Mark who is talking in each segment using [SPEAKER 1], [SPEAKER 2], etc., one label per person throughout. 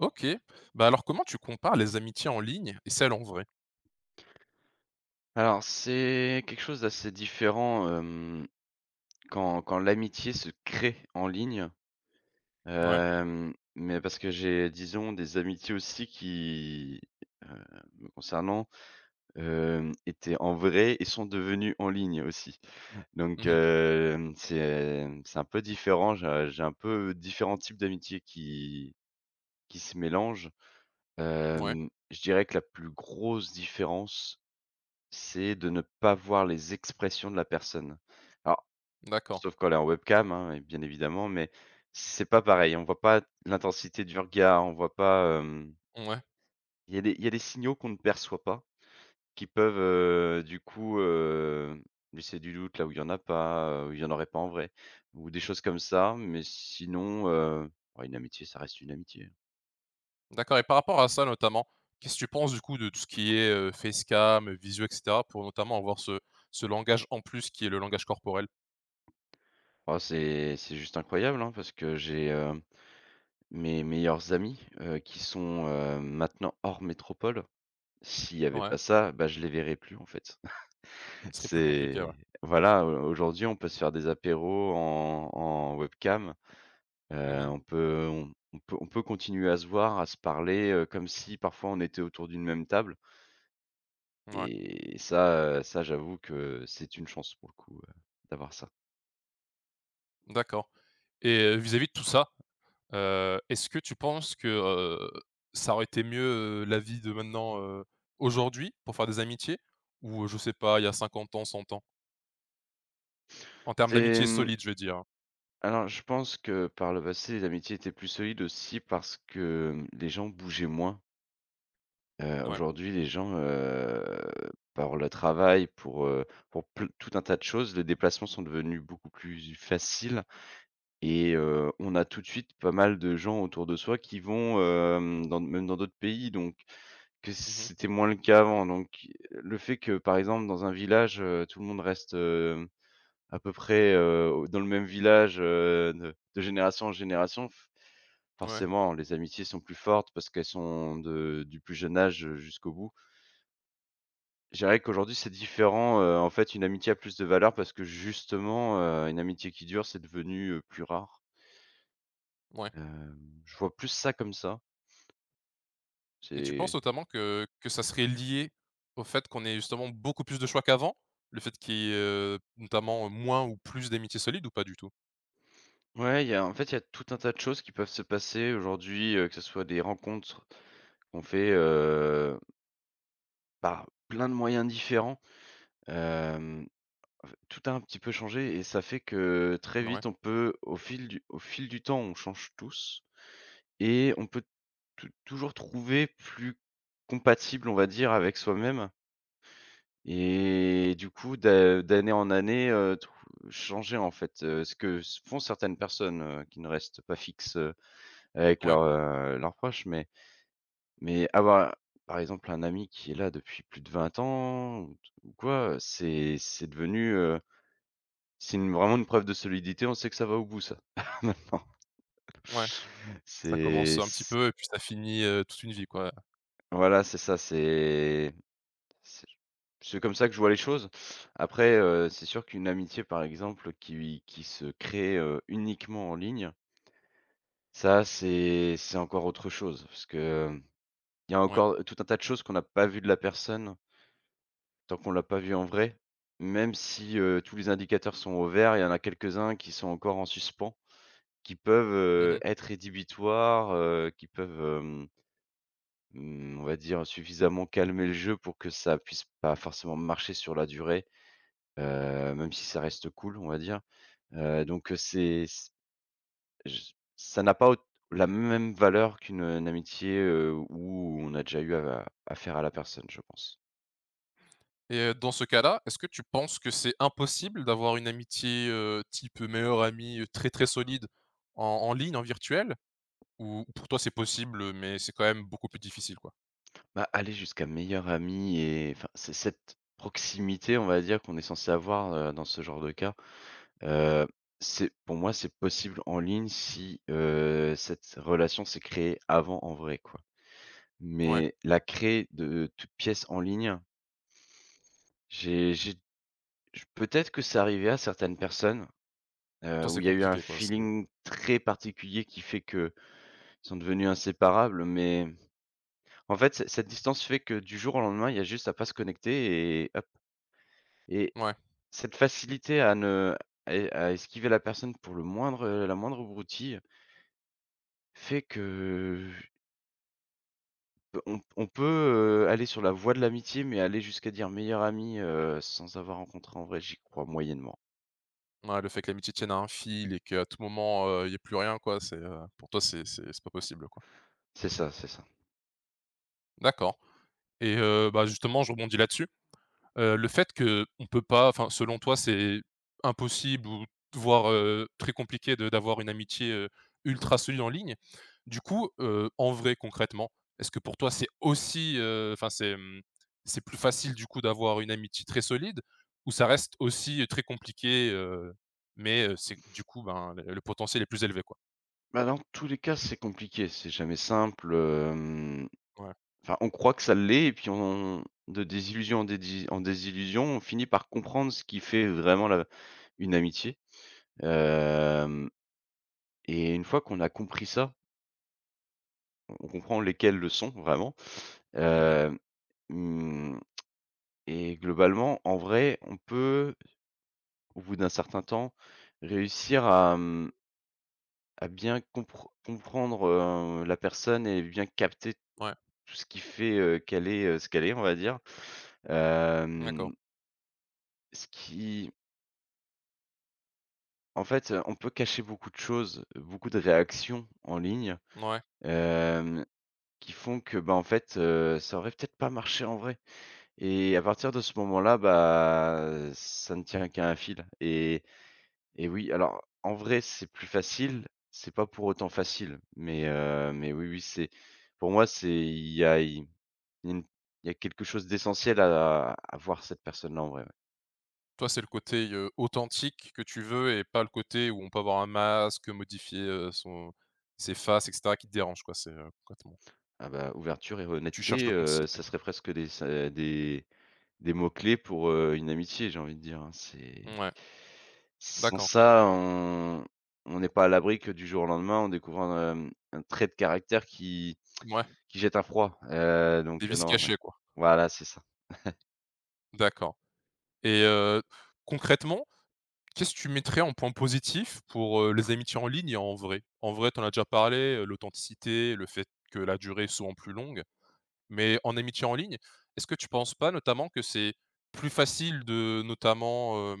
[SPEAKER 1] OK. Bah, alors comment tu compares les amitiés en ligne et celles en vrai?
[SPEAKER 2] Alors, c'est quelque chose d'assez différent, quand l'amitié se crée en ligne,
[SPEAKER 1] Ouais.
[SPEAKER 2] mais parce que j'ai, disons, des amitiés aussi qui, heu, me concernant, étaient en vrai et sont devenues en ligne aussi. Donc,
[SPEAKER 1] Mmh.
[SPEAKER 2] c'est un peu différent. J'ai un peu différents types d'amitiés qui se mélangent.
[SPEAKER 1] Ouais.
[SPEAKER 2] Je dirais que la plus grosse différence c'est de ne pas voir les expressions de la personne. Alors,
[SPEAKER 1] D'accord.
[SPEAKER 2] sauf quand elle est en webcam, hein, et bien évidemment, mais c'est pas pareil. On voit pas l'intensité du regard, on voit pas,
[SPEAKER 1] Ouais.
[SPEAKER 2] il y a des signaux qu'on ne perçoit pas, qui peuvent, du coup, laisser du doute là où il y en a pas, où il y en aurait pas en vrai, ou des choses comme ça. Mais sinon, ouais, une amitié, ça reste une amitié.
[SPEAKER 1] D'accord et par rapport à ça notamment, qu'est-ce que tu penses du coup de tout ce qui est, facecam, visio et cetera pour notamment avoir ce ce langage en plus qui est le langage corporel?
[SPEAKER 2] Oh, c'est juste incroyable, hein, parce que j'ai, mes meilleurs amis, qui sont, maintenant hors métropole. S'il y avait
[SPEAKER 1] Ouais.
[SPEAKER 2] pas ça, bah, je les verrais plus, en fait.
[SPEAKER 1] Ce serait plus compliqué, ouais.
[SPEAKER 2] C'est voilà, au aujourd'hui, on peut se faire des apéros en webcam,
[SPEAKER 1] Mmh.
[SPEAKER 2] on peut continuer à se voir, à se parler, comme si parfois on était autour d'une même table
[SPEAKER 1] Ouais.
[SPEAKER 2] et ça j'avoue que c'est une chance pour le coup, d'avoir ça.
[SPEAKER 1] D'accord et vis-à-vis de tout ça, est-ce que tu penses que, ça aurait été mieux, la vie de maintenant, aujourd'hui pour faire des amitiés ou je sais pas, il y a 50 ans, 100 ans? En termes
[SPEAKER 2] C'est,
[SPEAKER 1] d'amitié
[SPEAKER 2] mmh,
[SPEAKER 1] solide, je veux dire.
[SPEAKER 2] alors, je pense que par le passé, les amitiés étaient plus solides aussi parce que, les gens bougeaient moins.
[SPEAKER 1] Ouais.
[SPEAKER 2] Aujourd'hui, les gens, par le travail, pour ple tout un tas de choses, les déplacements sont devenus beaucoup plus faciles et on a tout de suite pas mal de gens autour de soi qui vont, dans d'autres pays, donc que
[SPEAKER 1] Mmh.
[SPEAKER 2] c'était moins le cas avant. Donc le fait que, par exemple, dans un village, tout le monde reste, à peu près, au dans le même village, de génération en génération, f
[SPEAKER 1] Ouais,
[SPEAKER 2] forcément, les amitiés sont plus fortes parce qu'elles sont de du plus jeune âge, jusqu'au bout. Je dirais qu'aujourd'hui, c'est différent, en fait, une amitié a plus de valeur parce que justement, une amitié qui dure, c'est devenu, plus rare.
[SPEAKER 1] ouais.
[SPEAKER 2] Hem, je vois plus ça comme ça.
[SPEAKER 1] Et tu penses
[SPEAKER 2] C'est
[SPEAKER 1] notamment que ça serait lié au fait qu'on ait justement beaucoup plus de choix qu'avant? Le fait qu'il y ait, notamment, moins ou plus d'amitiés solides ou pas du tout?
[SPEAKER 2] Ouais, il y a tout un tas de choses qui peuvent se passer aujourd'hui, que ce soit des rencontres qu'on fait, par plein de moyens différents. Hem, Tout a un petit peu changé et ça fait que très
[SPEAKER 1] Ouais,
[SPEAKER 2] vite, on peut au fil du temps, on change tous et on peut toujours trouver plus compatible, on va dire, avec soi-même et du coup d'année en année, trou changer en fait, ce que s font certaines personnes, qui ne restent pas fixes, avec
[SPEAKER 1] ouais,
[SPEAKER 2] leurs proches. Mais avoir, par exemple, un ami qui est là depuis plus de 20 ans ou quoi, c'est devenu, c'est une vraiment une preuve de solidité. On sait que ça va au bout ça, maintenant.
[SPEAKER 1] ouais. Ça commence
[SPEAKER 2] C'est
[SPEAKER 1] un petit
[SPEAKER 2] c
[SPEAKER 1] peu et puis ça finit, toute une vie quoi.
[SPEAKER 2] Voilà, c'est ça, C'est c'est comme ça que je vois les choses. Après, c'est sûr qu'une amitié, par exemple, qui se crée, uniquement en ligne, ça, c'est encore autre chose. Parce que, il y a
[SPEAKER 1] Ouais.
[SPEAKER 2] encore tout un tas de choses qu'on n'a pas vues de la personne tant qu'on l'a pas vue en vrai. Même si, tous les indicateurs sont au vert, il y en a quelques-uns qui sont encore en suspens, qui peuvent,
[SPEAKER 1] Mmh.
[SPEAKER 2] être rédhibitoires, qui peuvent, on va dire, suffisamment calmer le jeu pour que ça puisse pas forcément marcher sur la durée. Même si ça reste cool, on va dire. Donc, c'est c j ça n'a pas aut la même valeur qu'une, une amitié, où on a déjà eu a affaire à la personne, je pense.
[SPEAKER 1] Et dans ce cas-là, est-ce que tu penses que c'est impossible d'avoir une amitié, type meilleur ami, très, très solide en en ligne, en virtuel? Ou pour toi c'est possible, mais c'est quand même beaucoup plus difficile quoi?
[SPEAKER 2] Bah, aller jusqu'à meilleur ami et enfin, c'est cette proximité, on va dire, qu'on est censé avoir, dans ce genre de cas. Heu, c'est Pour moi, c'est possible en ligne si, cette relation s'est créée avant en vrai, quoi.
[SPEAKER 1] Ouais.
[SPEAKER 2] Mais la créer de toute pièce en ligne, j'ai Je peut-être que c'est arrivé à certaines personnes,
[SPEAKER 1] Pour toi,
[SPEAKER 2] où
[SPEAKER 1] c'est
[SPEAKER 2] il y a eu un
[SPEAKER 1] compliqué, quoi, c'est
[SPEAKER 2] feeling très particulier qui fait qu'ils sont devenus inséparables, mais en fait, c cette distance fait que du jour au lendemain, il y a juste à pas se connecter et hop, et
[SPEAKER 1] ouais,
[SPEAKER 2] cette facilité à ne et à esquiver la personne pour la moindre broutille fait que on peut, aller sur la voie de l'amitié, mais aller jusqu'à dire meilleur ami, sans avoir rencontré en vrai, j'y crois moyennement.
[SPEAKER 1] ouais, le fait que l'amitié tienne à un fil et qu'à tout moment, il y ait plus rien, quoi, c'est, pour toi, c'est pas possible, quoi.
[SPEAKER 2] C'est ça, c'est ça.
[SPEAKER 1] D'accord et bah, justement, je rebondis là-dessus. Le fait que on peut pas enfin, selon toi, c'est impossible ou voire, très compliqué de d'avoir une amitié, ultra solide en ligne. Du coup, en vrai, concrètement, est-ce que pour toi c'est aussi, enfin c'est, mmh, c'est plus facile du coup d'avoir une amitié très solide ou ça reste aussi, très compliqué, mais, c'est du coup, ben, le potentiel est plus élevé, quoi?
[SPEAKER 2] Bah, dans tous les cas, c'est compliqué, c'est jamais simple,
[SPEAKER 1] Ouais.
[SPEAKER 2] enfin, on croit que ça l'est et puis on de désillusion en dédi en désillusion, on finit par comprendre ce qui fait vraiment la une amitié, hem et une fois qu'on a compris ça, on comprend lesquelles le sont vraiment,
[SPEAKER 1] Mmh.
[SPEAKER 2] hem, mmh et globalement, en vrai, on peut, au bout d'un certain temps, réussir à bien comprendre, la personne et bien capter
[SPEAKER 1] Ouais.
[SPEAKER 2] tout ce qui fait, qu'elle est, ce qu'elle est, on va dire.
[SPEAKER 1] D'accord.
[SPEAKER 2] Hem, ce qui En fait, on peut cacher beaucoup de choses, beaucoup de réactions en ligne,
[SPEAKER 1] Ouais.
[SPEAKER 2] hem, qui font que, bah, en fait, ça aurait peut-être pas marché en vrai et à partir de ce moment-là, bah, ça ne tient qu'à un fil. Et oui, alors en vrai, c'est plus facile, c'est pas pour autant facile, mais oui, oui, c'est pour moi, c'est il y a Il y a une il y a quelque chose d'essentiel à voir cette personne-là, en vrai, ouais.
[SPEAKER 1] Toi, c'est le côté, authentique que tu veux et pas le côté où on peut avoir un masque, modifier, son ses faces et cetera qui te dérange quoi, c'est, complètement
[SPEAKER 2] Ah bah, ouverture et
[SPEAKER 1] tu cherches
[SPEAKER 2] honnêteté,
[SPEAKER 1] l'authenticité?
[SPEAKER 2] ça serait presque des c'est des mots-clés pour, une amitié, j'ai envie de dire, hein. C'est
[SPEAKER 1] Ouais,
[SPEAKER 2] Sans
[SPEAKER 1] d'accord.
[SPEAKER 2] ça, on n'est pas à l'abri que du jour au lendemain, on découvre un trait de caractère qui
[SPEAKER 1] Ouais,
[SPEAKER 2] qui jette un froid,
[SPEAKER 1] des
[SPEAKER 2] donc
[SPEAKER 1] vices
[SPEAKER 2] non, ouais.
[SPEAKER 1] cachés quoi.
[SPEAKER 2] Voilà, c'est ça.
[SPEAKER 1] D'accord et concrètement, qu'est-ce que tu mettrais en point positif pour, les amitiés en ligne et en vrai? En vrai, tu en as déjà parlé, l'authenticité, le fait que la durée est souvent plus longue, mais en amitié en ligne, est-ce que tu penses pas notamment que c'est plus facile de notamment,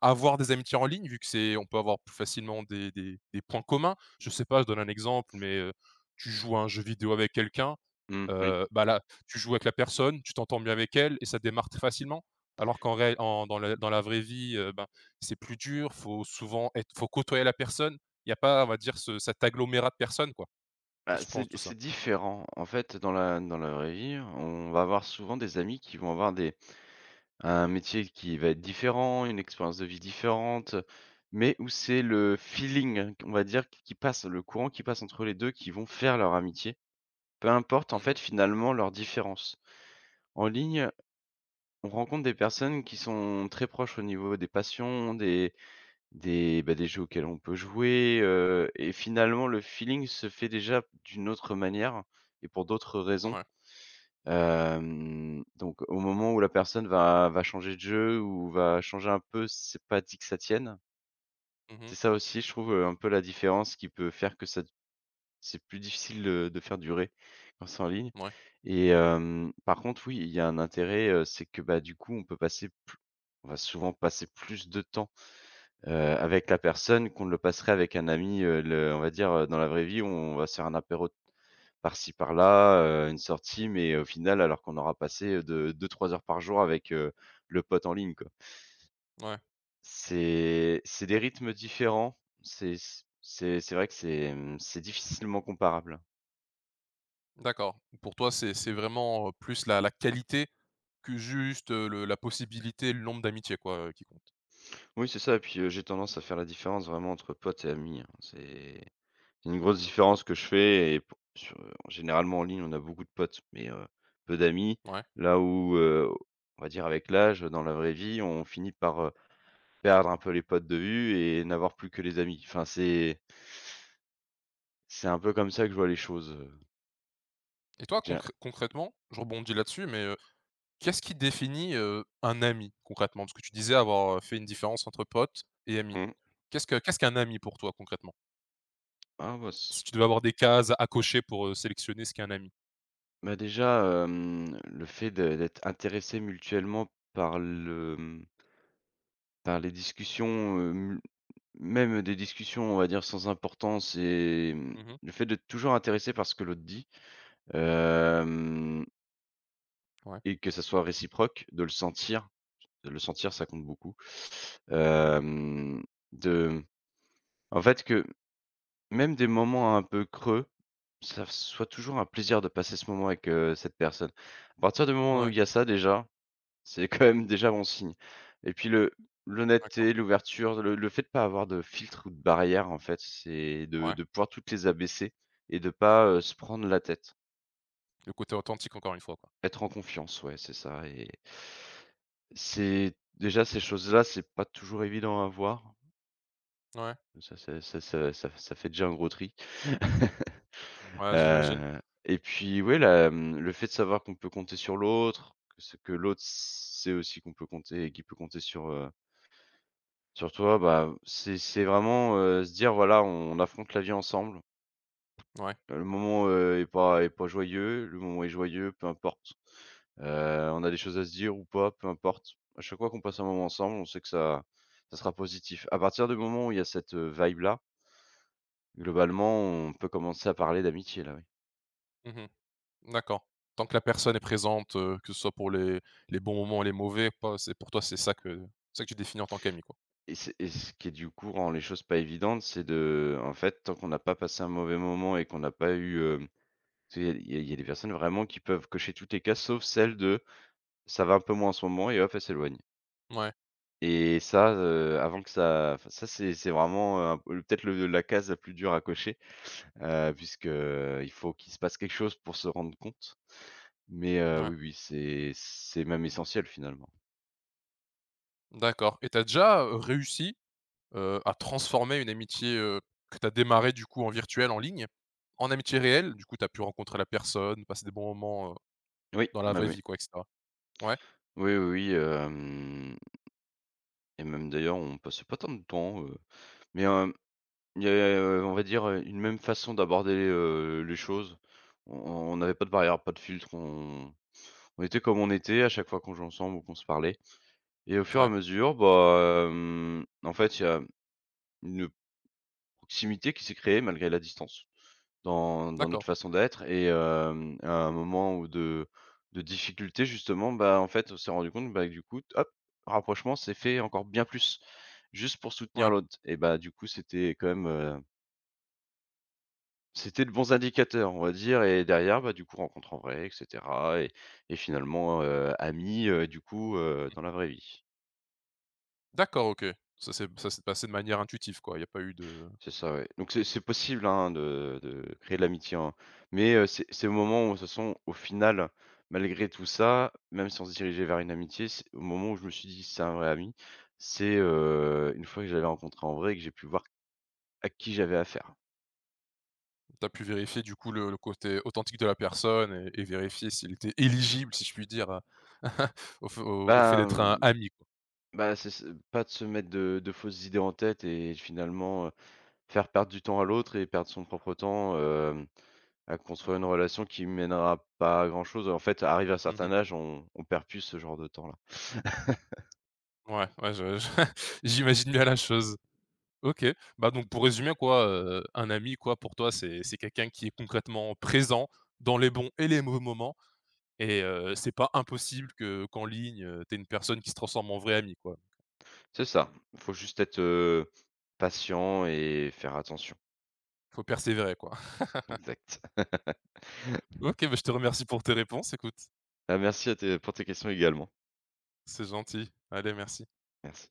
[SPEAKER 1] avoir des amitiés en ligne, vu que c'est on peut avoir plus facilement des points communs. Je sais pas, je donne un exemple, mais, tu joues à un jeu vidéo avec quelqu'un,
[SPEAKER 2] Mmh, oui.
[SPEAKER 1] bah, là, tu joues avec la personne, tu t'entends bien avec elle et ça démarre très facilement. Alors qu'en réa en dans la vraie vie, ben, c'est plus dur, faut souvent être faut côtoyer la personne. Il y a pas, on va dire, ce cet agglomérat de personnes, quoi. Qu'est-ce
[SPEAKER 2] Bah,
[SPEAKER 1] que tu penses de
[SPEAKER 2] c'est
[SPEAKER 1] tout ça?
[SPEAKER 2] c'est différent. En fait, dans la vraie vie, on va avoir souvent des amis qui vont avoir des Un métier qui va être différent, une expérience de vie différente, mais où c'est le feeling, on va dire, qui passe, le courant qui passe entre les 2, qui vont faire leur amitié. Peu importe, en
[SPEAKER 1] Mmh mh.
[SPEAKER 2] fait, finalement, leurs différences. En ligne, on rencontre des personnes qui sont très proches au niveau des passions, bah, des jeux auxquels on peut jouer, et finalement, le feeling se fait déjà d'une autre manière et pour d'autres raisons.
[SPEAKER 1] Mouais.
[SPEAKER 2] Donc au moment où la personne va changer de jeu ou va changer un peu, c'est pas dit que ça tienne.
[SPEAKER 1] Mmh.
[SPEAKER 2] C'est ça aussi, je trouve, un peu la différence qui peut faire que ça c'est plus difficile, de faire durer quand c'est en ligne,
[SPEAKER 1] Ouais.
[SPEAKER 2] et par contre, oui, il y a un intérêt, c'est que, bah, du coup, on va souvent passer plus de temps, avec la personne qu'on ne le passerait avec un ami, le on va dire, dans la vraie vie, on va se faire un apéro par-ci par-là, une sortie, mais au final, alors qu'on aura passé, de 2-3 heures par jour avec, le pote en ligne, quoi.
[SPEAKER 1] Ouais.
[SPEAKER 2] C'est des rythmes différents, c'est vrai que c'est difficilement comparable.
[SPEAKER 1] D'accord. Pour toi, c'est vraiment, plus la qualité que juste, le la possibilité, le nombre d'amitiés quoi, qui compte.
[SPEAKER 2] Oui, c'est ça et puis, j'ai tendance à faire la différence vraiment entre potes et amis, hein. C'est une grosse différence que je fais Généralement en ligne, on a beaucoup de potes, mais, peu d'amis.
[SPEAKER 1] Ouais.
[SPEAKER 2] Là où, on va dire avec l'âge, dans la vraie vie, on finit par perdre un peu les potes de vue et n'avoir plus que les amis. Enfin, c'est un peu comme ça que je vois les choses,
[SPEAKER 1] Et toi
[SPEAKER 2] déjà
[SPEAKER 1] concrè concrètement, je rebondis là-dessus, mais, qu'est-ce qui définit, un ami concrètement? Parce que tu disais avoir, fait une différence entre pote et ami.
[SPEAKER 2] mmh.
[SPEAKER 1] Qu'est-ce que qu'est-ce qu'un ami pour toi concrètement?
[SPEAKER 2] Ah bah s
[SPEAKER 1] Si tu devais avoir des cases à cocher pour, sélectionner ce qu'est un ami.
[SPEAKER 2] bah déjà, le fait de d'être intéressés mutuellement par le, par les discussions, mu même des discussions, on va dire, sans importance, et
[SPEAKER 1] Mmh.
[SPEAKER 2] le fait d'être toujours intéressé par ce que l'autre dit, hem
[SPEAKER 1] Ouais.
[SPEAKER 2] et que ça soit réciproque, de le sentir, ça compte beaucoup.
[SPEAKER 1] Mmh.
[SPEAKER 2] Hem, de en fait que Même des moments un peu creux, ça soit toujours un plaisir de passer ce moment avec, cette personne. À partir du moment où
[SPEAKER 1] Ouais.
[SPEAKER 2] il y a ça déjà, c'est quand même déjà bon signe et puis le
[SPEAKER 1] D'accord.
[SPEAKER 2] l'honnêteté, l'ouverture, le fait de pas avoir de filtre ou de barrière en fait, c'est de
[SPEAKER 1] Ouais.
[SPEAKER 2] de pouvoir toutes les abaisser et de pas, se prendre la tête.
[SPEAKER 1] Le côté authentique encore une fois quoi.
[SPEAKER 2] Être en confiance, ouais, c'est ça et c'est déjà ces choses-là, c'est pas toujours évident à voir.
[SPEAKER 1] Ouais.
[SPEAKER 2] Ça c'est ça ça ça ça fait déjà un gros tri.
[SPEAKER 1] Ouais, j'imagine.
[SPEAKER 2] Heu et puis ouais, la, mmh, le fait de savoir qu'on peut compter sur l'autre, que ce que l'autre sait aussi qu'on peut compter et qu'il peut compter sur, sur toi, bah, c'est vraiment, se dire: «Voilà, on affronte la vie ensemble».
[SPEAKER 1] Ouais.
[SPEAKER 2] Le moment, est pas joyeux, le moment est joyeux, peu importe. Heu, on a des choses à se dire ou pas, peu importe. À chaque fois qu'on passe un moment ensemble, on sait que ça sera positif. À partir du moment où il y a cette, vibe là, globalement, on peut commencer à parler d'amitié là, oui.
[SPEAKER 1] Mmh. D'accord. Tant que la personne est présente, que ce soit pour les bons moments, et les mauvais, pas c'est pour toi, c'est ça que tu définis en tant qu'ami, quoi?
[SPEAKER 2] Et ce qui est du coup rend les choses pas évidentes, c'est de en fait, tant qu'on n'a pas passé un mauvais moment et qu'on n'a pas eu, tu sais, il y a il y a il y a des personnes vraiment qui peuvent cocher toutes les cases sauf celle de: «Ça va un peu moins en ce moment» et hop, elle s'éloigne.
[SPEAKER 1] Ouais,
[SPEAKER 2] Et ça, avant que ça enfin ça, c'est vraiment, un peu peut-être le la case la plus dure à cocher, puisque, il faut qu'il se passe quelque chose pour se rendre compte. Mais,
[SPEAKER 1] ouais,
[SPEAKER 2] oui, oui, c'est même essentiel finalement.
[SPEAKER 1] d'accord et t'as déjà, réussi, à transformer une amitié, que t'as démarrée, du coup, en virtuel, en ligne, en amitié réelle? Du coup, t'as pu rencontrer la personne, passer des bons moments,
[SPEAKER 2] Oui,
[SPEAKER 1] dans la
[SPEAKER 2] bah,
[SPEAKER 1] vraie
[SPEAKER 2] oui.
[SPEAKER 1] vie, quoi et cetera? Ouais,
[SPEAKER 2] Oui, oui, oui, hem et même d'ailleurs, on passait pas tant de temps, mais il y a, on va dire, une même façon d'aborder, les choses. On on n'avait pas de barrière, pas de filtre, on était comme on était à chaque fois qu'on jouait ensemble ou qu'on se parlait et au fur et à
[SPEAKER 1] ouais,
[SPEAKER 2] mesure, bah, en fait, il y a une proximité qui s'est créée malgré la distance, dans notre
[SPEAKER 1] d'accord,
[SPEAKER 2] façon d'être et à un moment où de difficulté justement, bah, en fait, on s'est rendu compte, bah, que du coup, hop, rapprochement s'est fait encore bien plus, juste pour soutenir
[SPEAKER 1] ouais,
[SPEAKER 2] l'autre et bah, du coup, c'était quand même, c'était de bons indicateurs, on va dire et derrière, bah, du coup, rencontre en vrai et cetera et finalement, amis, du coup, dans la vraie vie.
[SPEAKER 1] d'accord, OK. Ça s'est passé de manière intuitive, quoi, il y a pas eu de
[SPEAKER 2] C'est ça, ouais. Donc c'est possible, hein, de créer de l'amitié, hein. Mais, c'est au moment où, de toute façon, au final, malgré tout ça, même si on se dirigeait vers une amitié, c'est au moment où je me suis dit: «C'est un vrai ami», c'est, une fois que j'avais rencontré en vrai et que j'ai pu voir à qui j'avais affaire.
[SPEAKER 1] tu as pu vérifier du coup le côté authentique de la personne et vérifier s'il était éligible, si je puis dire, au f au au fait
[SPEAKER 2] Bah,
[SPEAKER 1] d'être un
[SPEAKER 2] mmh,
[SPEAKER 1] ami, quoi.
[SPEAKER 2] bah, c'est pas de se mettre de fausses idées en tête et finalement, faire perdre du temps à l'autre et perdre son propre temps, à construire une relation qui mènera pas à grand-chose. En fait, arrivé à un
[SPEAKER 1] Mmh.
[SPEAKER 2] certain âge, on perd plus ce genre de temps-là.
[SPEAKER 1] Ouais, ouais, je j'imagine bien la chose. OK. Bah, donc pour résumer quoi, un ami quoi pour toi c'est quelqu'un qui est concrètement présent dans les bons et les mauvais moments et c'est pas impossible que qu'en ligne, tu une personne qui se transforme en vrai ami quoi.
[SPEAKER 2] C'est ça, il faut juste être, patient et faire attention.
[SPEAKER 1] Faut persévérer quoi.
[SPEAKER 2] Exact.
[SPEAKER 1] OK, bah, je te remercie pour tes réponses écoute.
[SPEAKER 2] Ah merci à tes pour tes questions également.
[SPEAKER 1] C'est gentil. Allez, merci.
[SPEAKER 2] Merci.